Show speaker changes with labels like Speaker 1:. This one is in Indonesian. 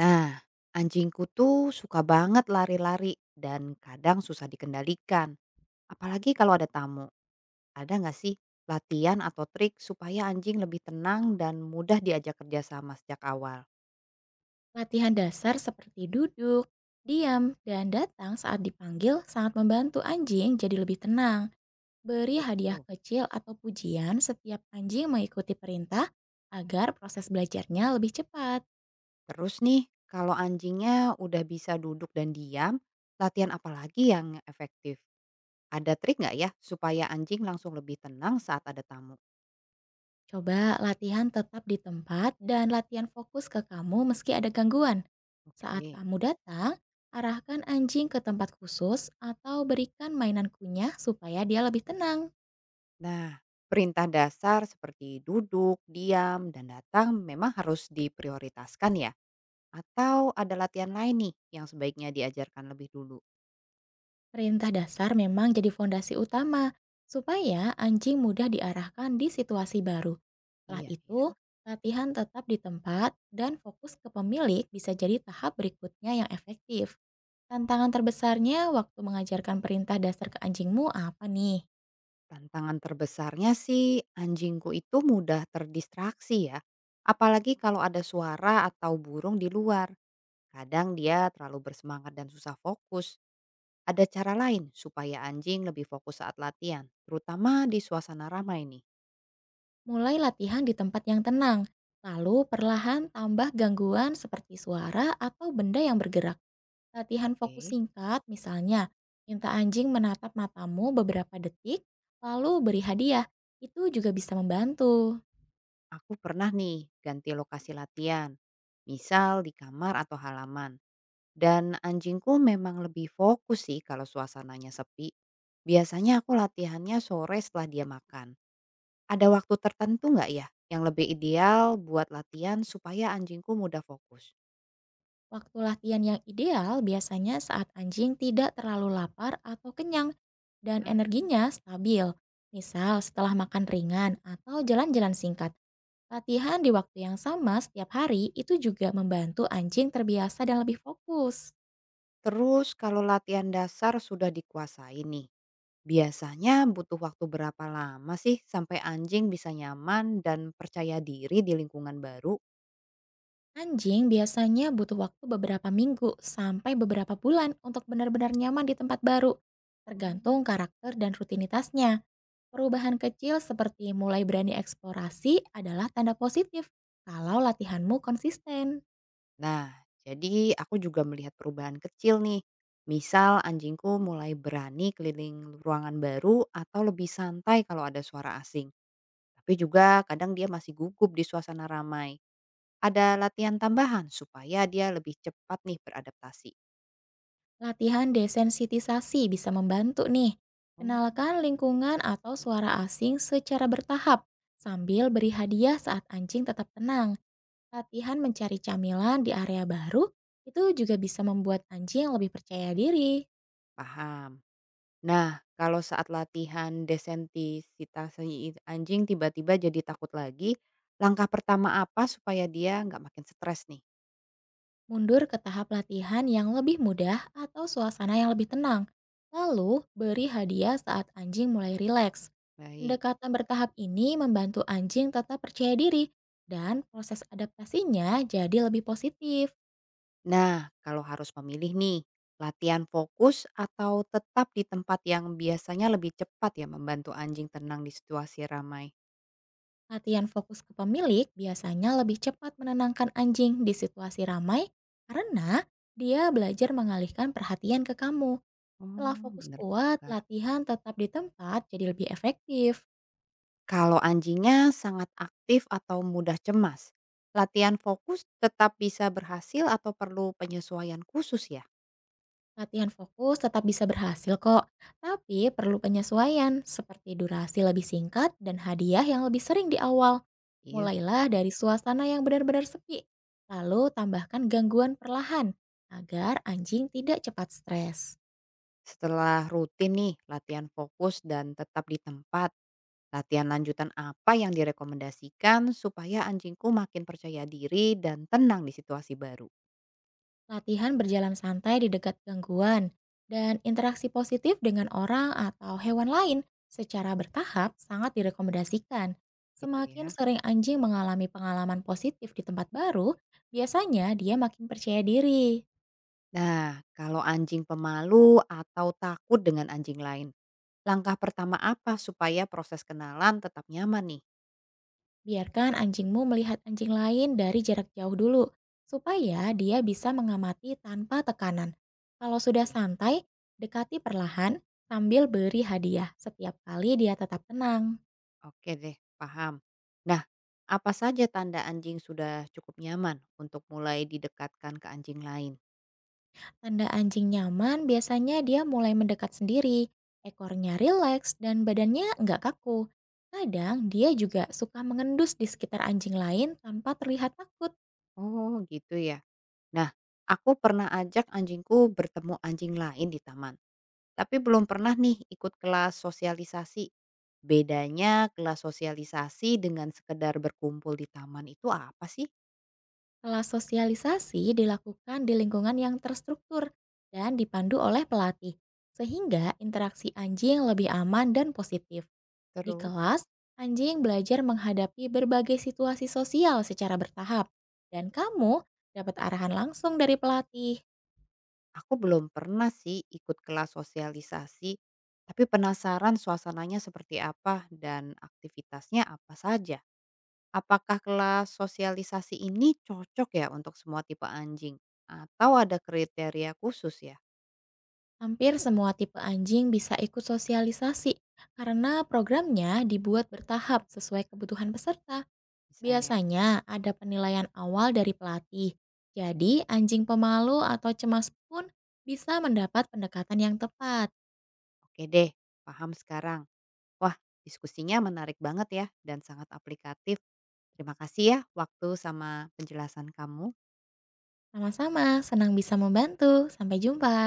Speaker 1: Nah, anjingku tuh suka banget lari-lari dan kadang susah dikendalikan. Apalagi kalau ada tamu. Ada nggak sih latihan atau trik supaya anjing lebih tenang dan mudah diajak kerjasama sejak awal?
Speaker 2: Latihan dasar seperti duduk, diam, dan datang saat dipanggil sangat membantu anjing jadi lebih tenang.
Speaker 1: Oh,
Speaker 2: Beri hadiah
Speaker 1: gitu.
Speaker 2: kecil atau pujian setiap anjing mengikuti perintah agar proses belajarnya lebih cepat.
Speaker 1: Terus nih, kalau anjingnya udah bisa duduk dan diam, latihan apa lagi yang efektif? Ada trik nggak ya supaya anjing langsung lebih tenang saat ada tamu?
Speaker 2: Coba latihan tetap di tempat dan latihan fokus ke kamu meski ada gangguan. Saat
Speaker 1: Oke.
Speaker 2: kamu datang, arahkan anjing ke tempat khusus atau berikan mainan kunyah supaya dia lebih tenang.
Speaker 1: Nah, perintah dasar seperti duduk, diam, dan datang memang harus diprioritaskan ya. Atau ada latihan lain nih yang sebaiknya diajarkan lebih dulu.
Speaker 2: Perintah dasar memang jadi fondasi utama, supaya anjing mudah diarahkan di situasi baru. Setelah
Speaker 1: Iya ya.
Speaker 2: itu, latihan tetap di tempat dan fokus ke pemilik bisa jadi tahap berikutnya yang efektif. Tantangan terbesarnya waktu mengajarkan perintah dasar ke anjingmu apa nih?
Speaker 1: Tantangan terbesarnya sih anjingku itu mudah terdistraksi ya. Apalagi kalau ada suara atau burung di luar. Kadang dia terlalu bersemangat dan susah fokus. Ada cara lain supaya anjing lebih fokus saat latihan, terutama di suasana ramai nih.
Speaker 2: Mulai latihan di tempat yang tenang, lalu perlahan tambah gangguan seperti suara atau benda yang bergerak. Latihan fokus
Speaker 1: Oke.
Speaker 2: singkat, misalnya minta anjing menatap matamu beberapa detik, lalu beri hadiah. Itu juga bisa membantu.
Speaker 1: Aku pernah nih ganti lokasi latihan, misal di kamar atau halaman. Dan anjingku memang lebih fokus sih kalau suasananya sepi. Biasanya aku latihannya sore setelah dia makan. Ada waktu tertentu nggak ya yang lebih ideal buat latihan supaya anjingku mudah fokus?
Speaker 2: Waktu latihan yang ideal biasanya saat anjing tidak terlalu lapar atau kenyang dan
Speaker 1: Ah,
Speaker 2: energinya stabil. Misal setelah makan ringan atau jalan-jalan singkat. Latihan di waktu yang sama setiap hari itu juga membantu anjing terbiasa dan lebih fokus.
Speaker 1: terus kalau latihan dasar sudah dikuasai nih, biasanya butuh waktu berapa lama sih sampai anjing bisa nyaman dan percaya diri di lingkungan baru?
Speaker 2: Anjing biasanya butuh waktu beberapa minggu sampai beberapa bulan untuk benar-benar nyaman di tempat baru,
Speaker 1: Hmm.
Speaker 2: tergantung karakter dan rutinitasnya. Perubahan kecil seperti mulai berani eksplorasi adalah tanda positif kalau latihanmu konsisten.
Speaker 1: Nah, jadi aku juga melihat perubahan kecil nih. Misal anjingku mulai berani keliling ruangan baru atau lebih santai kalau ada suara asing. Tapi juga kadang dia masih gugup di suasana ramai. Ada latihan tambahan supaya dia lebih cepat nih beradaptasi.
Speaker 2: Latihan desensitisasi bisa membantu nih.
Speaker 1: Oh.
Speaker 2: Kenalkan lingkungan atau suara asing secara bertahap sambil beri hadiah saat anjing tetap tenang. Latihan mencari camilan di area baru itu juga bisa membuat anjing lebih percaya diri,
Speaker 1: Paham. Nah, kalau saat latihan desensitisasi anjing tiba-tiba jadi takut lagi, langkah pertama apa supaya dia nggak makin stres nih?
Speaker 2: mundur ke tahap latihan yang lebih mudah atau suasana yang lebih tenang. Lalu, beri hadiah saat anjing mulai rileks.
Speaker 1: Baik.
Speaker 2: Pendekatan bertahap ini membantu anjing tetap percaya diri dan proses adaptasinya jadi lebih positif.
Speaker 1: Nah, kalau harus memilih nih, latihan fokus atau tetap di tempat yang biasanya lebih cepat ya membantu anjing tenang di situasi ramai?
Speaker 2: Latihan fokus ke pemilik biasanya lebih cepat menenangkan anjing di situasi ramai karena dia belajar mengalihkan perhatian ke kamu.
Speaker 1: Oh,
Speaker 2: Setelah fokus
Speaker 1: bener
Speaker 2: kuat,
Speaker 1: juga.
Speaker 2: latihan tetap di tempat jadi lebih efektif.
Speaker 1: Kalau anjingnya sangat aktif atau mudah cemas, latihan fokus tetap bisa berhasil atau perlu penyesuaian khusus ya?
Speaker 2: Latihan fokus tetap bisa berhasil kok, tapi perlu penyesuaian seperti durasi lebih singkat dan hadiah yang lebih sering di awal.
Speaker 1: Iya
Speaker 2: Mulailah
Speaker 1: sih.
Speaker 2: dari suasana yang benar-benar sepi, lalu tambahkan gangguan perlahan agar anjing tidak cepat stres.
Speaker 1: Setelah rutin nih latihan fokus dan tetap di tempat, latihan lanjutan apa yang direkomendasikan supaya anjingku makin percaya diri dan tenang di situasi baru?
Speaker 2: Latihan berjalan santai di dekat gangguan, dan interaksi positif dengan orang atau hewan lain secara bertahap sangat direkomendasikan.
Speaker 1: Gitu
Speaker 2: Semakin
Speaker 1: ya.
Speaker 2: sering anjing mengalami pengalaman positif di tempat baru, biasanya dia makin percaya diri.
Speaker 1: Nah, kalau anjing pemalu atau takut dengan anjing lain, langkah pertama apa supaya proses kenalan tetap nyaman nih?
Speaker 2: Biarkan anjingmu melihat anjing lain dari jarak jauh dulu, supaya dia bisa mengamati tanpa tekanan. Kalau sudah
Speaker 1: Oke.
Speaker 2: santai, dekati perlahan sambil beri hadiah setiap kali dia tetap tenang.
Speaker 1: Oke deh, paham. Nah, apa saja tanda anjing sudah cukup nyaman untuk mulai didekatkan ke anjing lain?
Speaker 2: Tanda anjing nyaman biasanya dia mulai mendekat sendiri, ekornya rileks dan badannya nggak kaku. Kadang dia juga suka mengendus di sekitar anjing lain tanpa terlihat takut.
Speaker 1: Oh, gitu ya. Nah, aku pernah ajak anjingku bertemu anjing lain di taman. Tapi belum pernah nih ikut kelas sosialisasi. Bedanya kelas sosialisasi dengan sekedar berkumpul di taman itu apa sih?
Speaker 2: Kelas sosialisasi dilakukan di lingkungan yang terstruktur dan dipandu oleh pelatih, sehingga interaksi anjing lebih aman dan positif. Di
Speaker 1: Terus?
Speaker 2: kelas, anjing belajar menghadapi berbagai situasi sosial secara bertahap, dan kamu dapat arahan langsung dari pelatih.
Speaker 1: Aku belum pernah sih ikut kelas sosialisasi, tapi penasaran suasananya seperti apa dan aktivitasnya apa saja. Apakah kelas sosialisasi ini cocok ya untuk semua tipe anjing? Atau ada kriteria khusus ya?
Speaker 2: Hampir semua tipe anjing bisa ikut sosialisasi karena programnya dibuat bertahap sesuai kebutuhan peserta.
Speaker 1: Misalnya,
Speaker 2: Biasanya ada penilaian awal dari pelatih. Jadi, anjing pemalu atau cemas pun bisa mendapat pendekatan yang tepat.
Speaker 1: oke deh, paham sekarang. Wah, diskusinya menarik banget ya dan sangat aplikatif. Terima kasih ya waktu sama penjelasan kamu.
Speaker 2: Sama-sama, senang bisa membantu. Sampai jumpa.